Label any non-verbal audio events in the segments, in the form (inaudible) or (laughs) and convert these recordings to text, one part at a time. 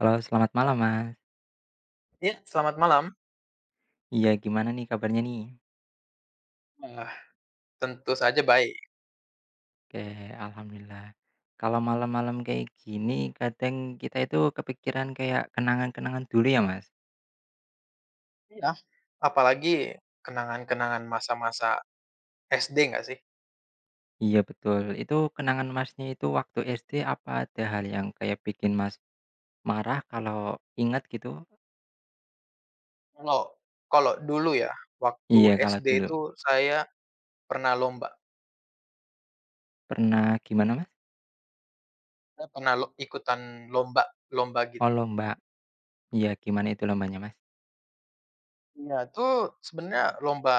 Halo, selamat malam, Mas. Iya, selamat malam. Iya, gimana nih kabarnya nih? Wah, tentu saja baik. Oke, alhamdulillah. Kalau malam-malam kayak gini kadang kita itu kepikiran kayak kenangan-kenangan dulu ya, Mas? Iya. Apalagi kenangan-kenangan masa-masa SD nggak sih? Iya, betul. Itu kenangan Masnya itu waktu SD apa ada hal yang kayak bikin Mas marah kalau ingat gitu? Kalau kalau dulu ya, waktu Iya, kalau SD dulu. itu saya pernah lomba. Pernah gimana, Mas? Apa? Pernah lo Ikutan lomba lomba Oh, gitu. lomba. Iya, gimana itu lombanya, Mas? Iya, itu sebenarnya lomba,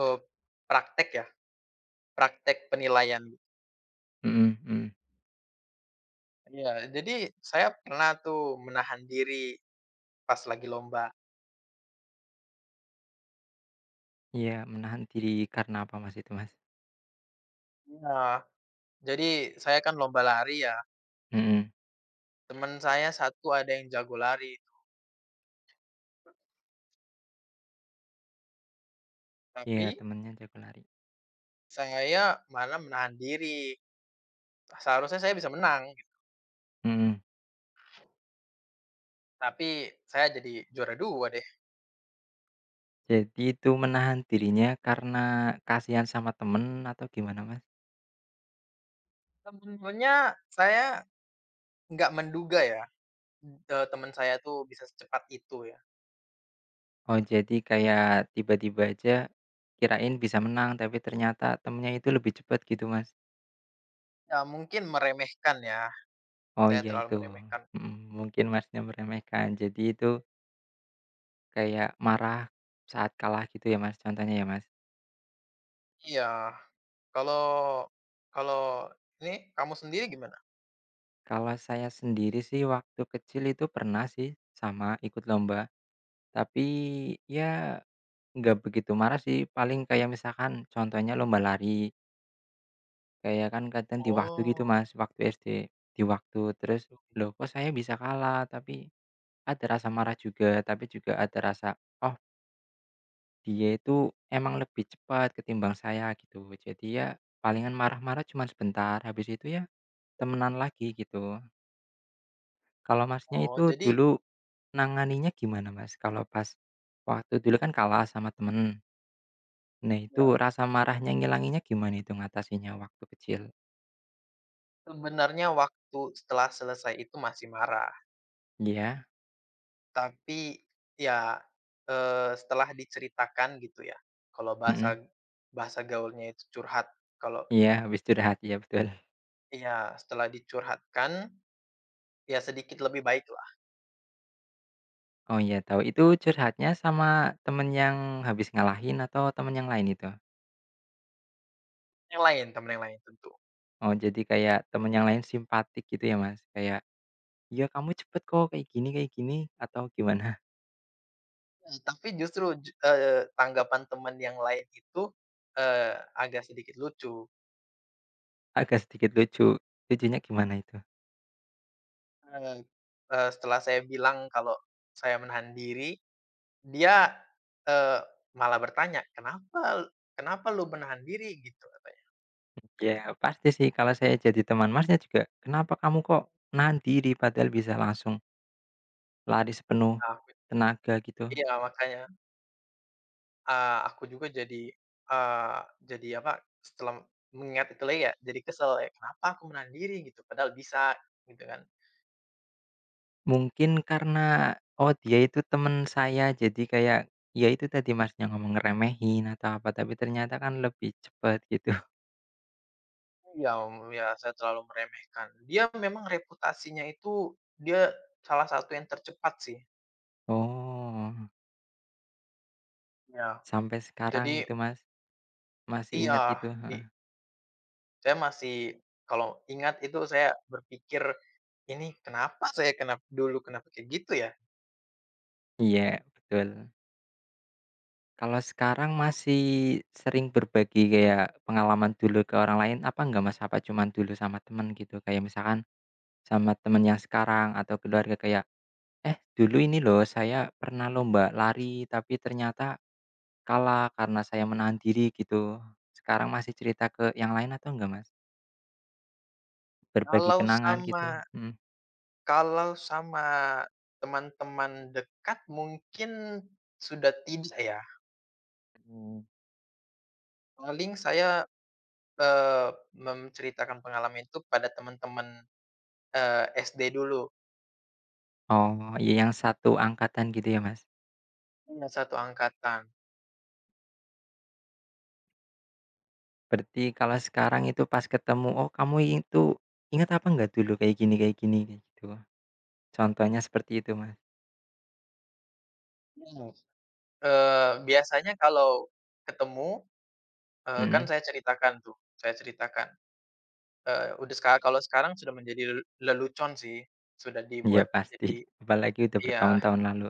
eee, praktek ya, praktek penilaian. Mhm, mhm. Iya, jadi saya pernah tuh menahan diri pas lagi lomba. Iya, menahan diri karena apa, Mas, itu, Mas? Iya. Nah, jadi saya kan lomba lari ya, Mhm. teman saya satu ada yang jago lari. Iya, Tapi, temennya jago lari. saya malah menahan diri. Seharusnya saya bisa menang, gitu. Mhm. Tapi saya jadi juara 2 deh. Jadi itu menahan dirinya karena kasihan sama temen atau gimana, Mas? Sebenarnya saya nggak menduga ya, teman saya tuh bisa secepat itu ya. Oh, jadi kayak tiba-tiba aja kirain bisa menang, tapi ternyata temennya itu lebih cepat gitu, Mas? Ya mungkin meremehkan ya, Oh, saya iya terlalu itu, meremehkan. mhm, mungkin Masnya meremehkan. Jadi itu kayak marah saat kalah gitu ya, Mas, contohnya ya, Mas? Iya. Kalau kalau ini kamu sendiri gimana? Kalau saya sendiri sih waktu kecil itu pernah sih sama ikut lomba, tapi ya nggak begitu marah sih, paling kayak misalkan contohnya lomba lari. Kayak kan kadang di waktu gitu Oh, Mas, waktu SD, di waktu, terus, gitu. "Loh kok saya bisa kalah?" Tapi ada rasa marah juga, tapi juga ada rasa, "Oh dia itu emang lebih cepat ketimbang saya," gitu. Jadi ya palingan marah-marah cuman sebentar, habis itu ya temenan lagi gitu. Kalau Masnya itu Oh jadi, dulu nanganinya gimana Mas, kalau pas waktu dulu kan kalah sama temen, nah itu ya, rasa marahnya ngilanginya gimana itu ngatasinnya waktu kecil? sebenarnya waktu setelah selesai itu masih marah? Iya, Tapi ya, setelah diceritakan gitu ya, kalau mhm, bahasa bahasa gaulnya itu curhat. Kalau iya habis curhat, iya betul. ya setelah dicurhatkan, ya sedikit lebih baik lah. Oh iya tahu, itu curhatnya sama temen yang habis ngalahin atau temen yang lain itu? Yang lain, teman yang lain tentu. Oh jadi kayak temen yang lain simpatik gitu ya Mas, kayak, ya kamu cepet kok kayak gini," atau gimana? Tapi justru tanggapan teman yang lain itu, agak sedikit lucu. (laughs) Agak sedikit lucu, lucunya gimana itu? Eee eee, setelah saya bilang kalau saya menahan diri, dia, eee, malah bertanya, "Kenapa kenapa lu menahan diri?" Gitu katanya. Ya pasti sih kalau saya jadi teman Masnya juga, "Kenapa kamu kok nahan diri padahal bisa langsung lari sepenuh Nah, aku, tenaga," gitu. iya, makanya, aku juga jadi, eee, jadi apa, setelah mengingat itu lagi ya, jadi kesel ya, "Kenapa aku menahan diri?" gitu, padahal bisa gitu kan. Mungkin karena, oh dia itu temen saya jadi kayak, ya itu tadi Mas yang ngomong ngeremehin atau apa, tapi ternyata kan lebih cepet gitu. Ya, ya saya terlalu meremehkan. Dia memang reputasinya itu dia salah satu yang tercepat sih. Oh, Ya. sampai sekarang Jadi gitu Mas, masih ingat iya, itu, di heeh. saya masih, kalau ingat itu saya berpikir, "Ini kenapa saya dulu kenapa kayak gitu ya?" Iya, betul. Kalau sekarang masih sering berbagi kayak pengalaman dulu ke orang lain apa enggak Mas? Apa cuman dulu sama temen gitu? Kayak misalkan sama temen yang sekarang atau keluarga kayak, "Eh dulu ini loh saya pernah lomba lari tapi ternyata" kalah karena saya menahan diri gitu. Sekarang masih cerita ke yang lain atau enggak, Mas? Berbagi Kalau kenangan gitu? sama Mhm. Kalau sama teman-teman dekat mungkin sudah tidak ya. Mhm. Paling saya, eee, menceritakan pengalaman itu pada teman-teman, SD dulu, Oh, iya yang satu angkatan gitu ya, Mas? iya satu angkatan. Berarti kalau sekarang itu pas ketemu, "Oh, kamu itu ingat apa enggak dulu kayak gini kayak gini?" Kayak gitu. Contohnya seperti itu, Mas. Mhm, biasanya kalau ketemu, kan Mhm. saya ceritakan tuh, saya ceritakan, udah sekarang, kalau sekarang sudah menjadi lelucon sih, sudah Iya dibuat pasti, jadi. (laughs) apalagi udah Iya, bertahun-tahun lalu.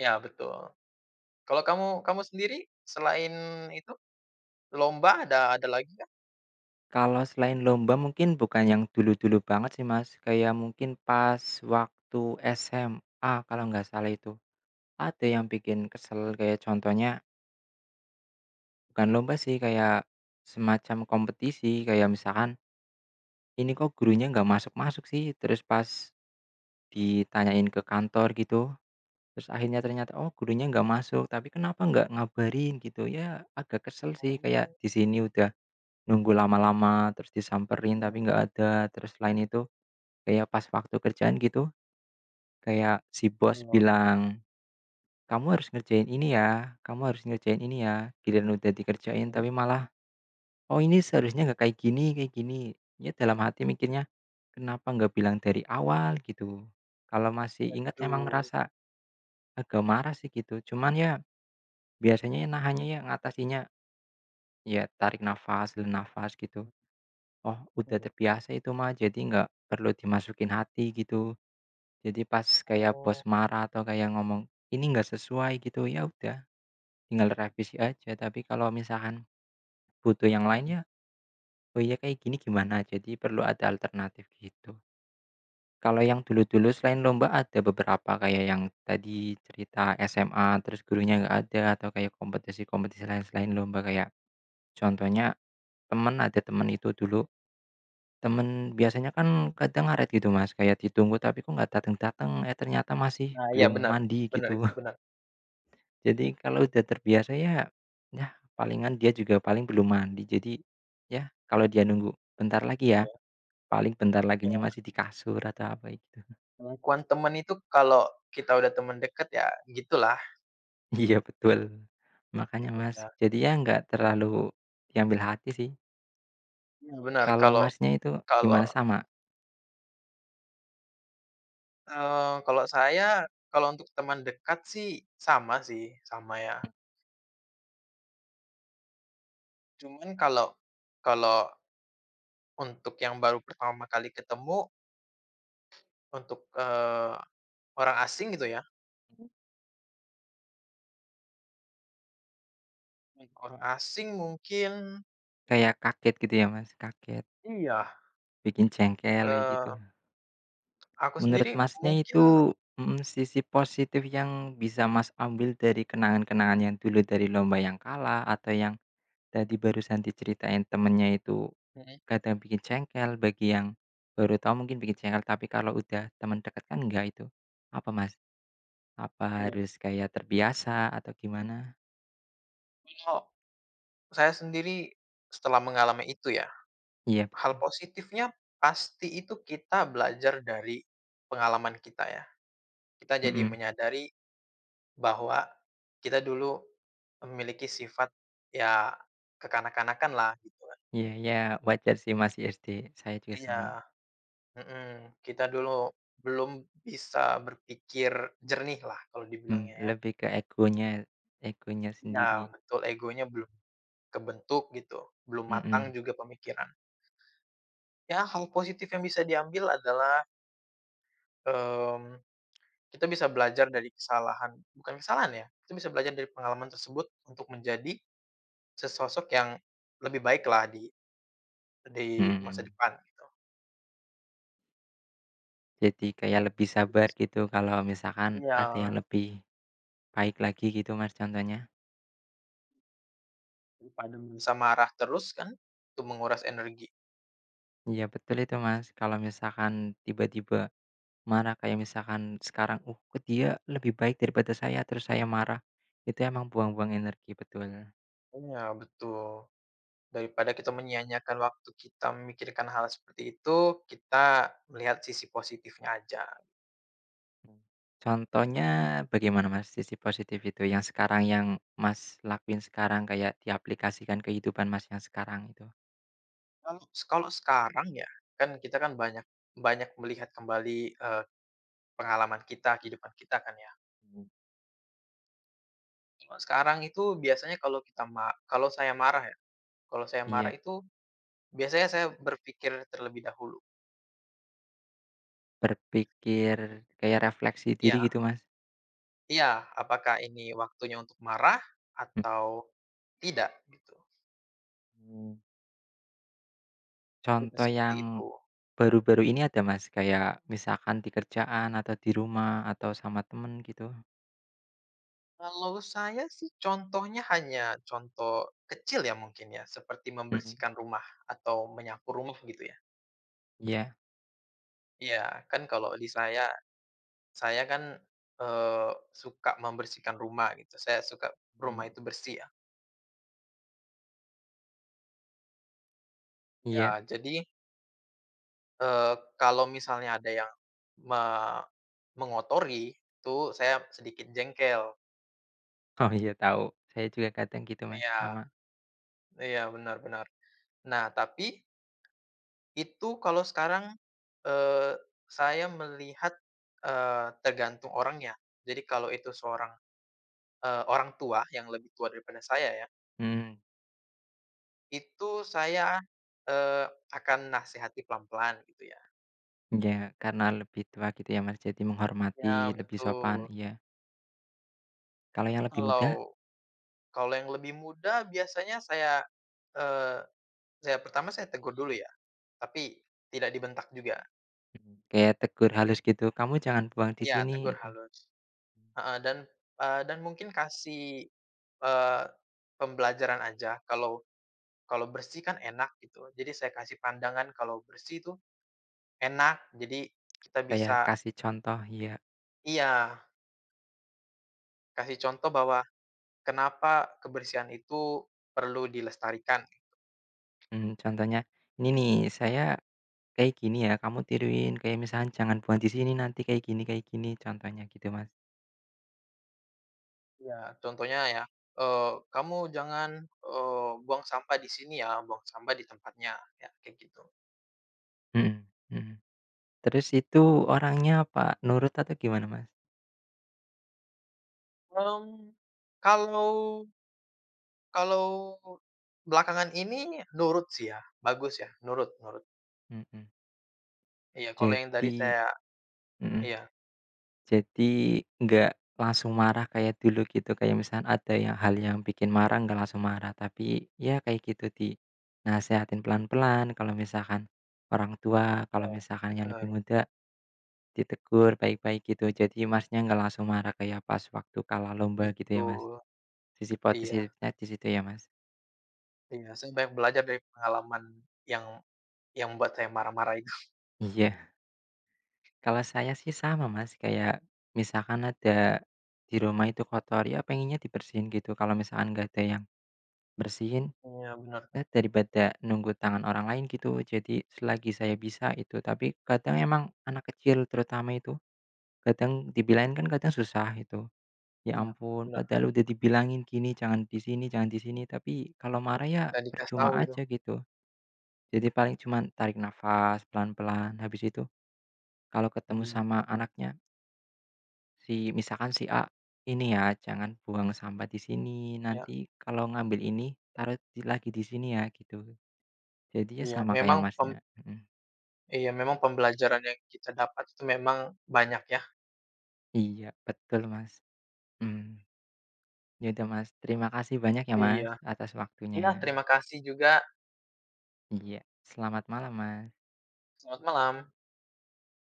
iya betul. Kalau kamu kamu sendiri selain itu, lomba ada lagi? Kalau selain lomba mungkin bukan yang dulu-dulu banget sih, Mas, kayak mungkin pas waktu SMA kalau nggak salah itu. Ada yang bikin kesel kayak contohnya bukan lomba sih, kayak semacam kompetisi, kayak misalkan, "Ini kok gurunya nggak masuk-masuk sih?" Terus pas ditanyain ke kantor gitu, terus akhirnya ternyata, "Oh gurunya nggak masuk, tapi kenapa nggak ngabarin?" Gitu. Ya agak kesel sih, Oh, kayak gitu. di sini udah nunggu lama-lama, terus disamperin tapi nggak ada. Terus selain itu kayak pas waktu kerjaan gitu, kayak si bos bilang, "Kamu harus ngerjain ini ya, kamu harus ngerjain ini ya." Giliran udah dikerjain Waduh, tapi malah oh ini seharusnya nggak kayak gini kayak gini. Ya dalam hati mikirnya, kenapa nggak bilang dari awal gitu. Kalau masih ingat emang tuh. ngerasa agak marah sih gitu. Cuman ya biasanya ya nahannya ya ngatasinnya ya tarik nafas, dalam nafas gitu. Oh udah Mhm. terbiasa itu mah jadi nggak perlu dimasukin hati gitu. Jadi pas kayak bos Oh, marah atau kayak ngomong, "Ini nggak sesuai," gitu, ya udah tinggal revisi aja. Tapi kalau misalkan butuh yang lain mhm. ya, "Oh iya kayak gini gimana?" Jadi perlu ada alternatif gitu. Kalau yang dulu-dulu selain lomba ada beberapa kayak yang tadi cerita SMA, terus gurunya nggak ada atau kayak kompetisi-kompetisi lain selain lomba kayak contohnya temen, ada temen itu dulu, temen biasanya kan kadang ngaret gitu Mas, kayak ditunggu tapi kok nggak datang-datang eh ternyata masih Nah, iya belum benar mandi benar gitu. itu, (laughs) benar. Mhm. Jadi kalau udah terbiasa ya, ya palingan dia juga paling belum mandi jadi, ya kalau dia nunggu bentar lagi ya, Iya, paling bentar laginya iya. masih di kasur atau apa gitu. Pengakuan teman itu kalau kita udah teman dekat ya gitulah. Iya betul, makanya Mas, Iya, jadi ya nggak terlalu diambil hati sih, iya benar. kalau Kalau Masnya itu kalau, gimana sama? eee, kalau saya, kalau untuk teman dekat sih, sama ya. Cuman kalau kalau untuk yang baru pertama kali ketemu, untuk, orang asing gitu ya, orang asing mungkin Kayak kaget gitu ya Mas, kaget, iya, bikin jengkel kayak gitu. eee. Aku Menurut sendiri Masnya mungkin. itu, mhm, sisi positif yang bisa Mas ambil dari kenangan-kenangan yang dulu dari lomba yang kalah atau yang tadi barusan diceritain temennya itu Mhm, kadang bikin jengkel, bagi yang baru tahu mungkin bikin jengkel, tapi kalau udah teman dekat kan enggak itu, apa Mas? Apa iya, harus kayak terbiasa atau gimana? kalau saya sendiri setelah mengalami itu ya, Iya hal betul, positifnya pasti itu kita belajar dari pengalaman kita ya. Kita jadi mhm, menyadari bahwa kita dulu memiliki sifat ya kekanak-kanakan lah gitu kan. iya iya wajar sih masih SD, saya juga sama, Iya, mhm, kita dulu belum bisa berpikir jernih lah kalau dibilangnya ya. lebih ke egonya egonya Iya sendiri, betul, egonya belum kebentuk gitu, belum matang mhm juga pemikiran. Ya, hal positif yang bisa diambil adalah, mmm, kita bisa belajar dari kesalahan bukan kesalahan ya, kita bisa belajar dari pengalaman tersebut untuk menjadi sesosok yang lebih baik lah di masa mhm. depan gitu. Jadi kayak lebih sabar gitu kalau misalkan Iya, ada yang lebih baik lagi gitu Mas contohnya. daripada bisa marah terus kan, itu menguras energi. Iya betul itu Mas, kalau misalkan tiba-tiba marah kayak misalkan sekarang, kok dia lebih baik daripada saya?" Terus saya marah, itu emang buang-buang energi, betul. Iya, betul. Daripada kita menyia-nyiakan waktu kita memikirkan hal seperti itu, kita melihat sisi positifnya aja. Mmm, contohnya bagaimana, Mas, sisi positif itu yang sekarang yang Mas lakuin sekarang kayak diaplikasikan kehidupan Mas yang sekarang itu? Kalau kalau sekarang ya, kan kita kan banyak banyak melihat kembali, pengalaman kita, kehidupan kita kan ya. Mhm. Kalau sekarang itu biasanya kalau kita ma kalau saya marah ya, kalau saya marah Iya, itu biasanya saya berpikir terlebih dahulu. berpikir kayak refleksi diri Iya gitu, Mas. iya, apakah ini waktunya untuk marah Mhm. atau tidak gitu, Mmm. lebih ke Contoh seperti yang itu. baru-baru ini ada, Mas, kayak misalkan di kerjaan atau di rumah atau sama temen gitu? Kalau saya sih contohnya hanya contoh kecil ya mungkin ya, seperti Mhm, mhm, membersihkan rumah atau menyapu rumah gitu ya. iya. Iya, kan kalau di saya kan, suka membersihkan rumah gitu, saya suka rumah Mmm. itu bersih ya. Iya. Ya jadi, kalau misalnya ada yang me mengotori itu saya sedikit jengkel. Oh, iya tahu. Saya juga kadang gitu, Mas, sama. Ya, iya, benar benar. Nah tapi itu kalau sekarang, eee, saya melihat, tergantung orangnya. Jadi kalau itu seorang, orang tua yang lebih tua daripada saya ya, Mhm. itu saya, eee, akan nasihati pelan-pelan gitu ya. Ya, karena lebih tua gitu ya, Mas, jadi menghormati, Ya, lebih sopan, betul. iya. Kalau yang lebih muda, Kalau kalau yang lebih muda biasanya saya, eh saya pertama saya tegur dulu ya, tapi tidak dibentak juga. mhm, kayak tegur halus gitu, "Kamu jangan buang di Ya sini," tegur itu. halus. Heeh, dan, dan mungkin kasih, eee, pembelajaran aja, kalau kalau bersih kan enak gitu. Jadi saya kasih pandangan kalau bersih itu enak, jadi kita Kayak bisa. kasih contoh iya, Iya, kasih contoh bahwa kenapa kebersihan itu perlu dilestarikan. Contohnya, "Ini nih, saya kayak gini ya, kamu tiruin, kayak misalkan jangan buang di sini nanti kayak gini," contohnya gitu, Mas. Iya, contohnya ya, eee, "Kamu jangan, eee, buang sampah di sini ya, buang sampah di tempatnya." Ya, kayak gitu. Mhm mhm. Terus itu orangnya apa, nurut atau gimana, Mas? Mmm, kalau kalau belakangan ini nurut sih ya, bagus ya, nurut nurut. Mhm. Iya, kalau yang dari Jadi saya mhm. iya, Jadi, nggak langsung marah kayak dulu gitu, kayak misalnya ada yang hal yang bikin marah, nggak langsung marah, tapi ya kayak gitu dinasehatin pelan-pelan, kalau misalkan orang tua, kalau iya, misalkan yang lebih bener, muda ditegur baik-baik gitu. Jadi Masnya nggak langsung marah kayak pas waktu kalah lomba gitu gitu. ya, Mas? Sisi Iya, positifnya di situ ya, Mas? iya, saya banyak belajar dari pengalaman yang yang membuat saya marah-marah itu. Iya. Kalau saya sih sama, Mas, kayak misalkan ada di rumah itu kotor, ya pengennya dibersihin gitu, kalau misalkan nggak ada yang bersihin Iya, benar. ya, daripada nunggu tangan orang lain gitu, jadi selagi saya bisa itu, tapi kadang emang anak kecil terutama itu, kadang dibilangin kan kadang susah itu. Ya Iya, ampun, benar padahal udah dibilangin gini, "Jangan di sini jangan di sini," tapi kalau marah ya tadi dikasih tahu percuma itu. aja gitu. Jadi paling cuman tarik nafas pelan-pelan, habis itu kalau ketemu Mhm, sama anaknya, si misalkan si A, "Ini ya jangan buang sampah di sini, iya, nanti kalau ngambil ini taruh di lagi di sini ya," gitu. Jadi ya iya, sama kayak memang. Masnya, mhm. Iya, memang pembelajaran yang kita dapat itu memang banyak ya. Iya, betul, Mas. Mmm, ya udah, Mas, terima kasih banyak ya, Mas, Iya. atas waktunya. Iya, terima kasih juga. Iya, selamat malam, Mas. Selamat malam.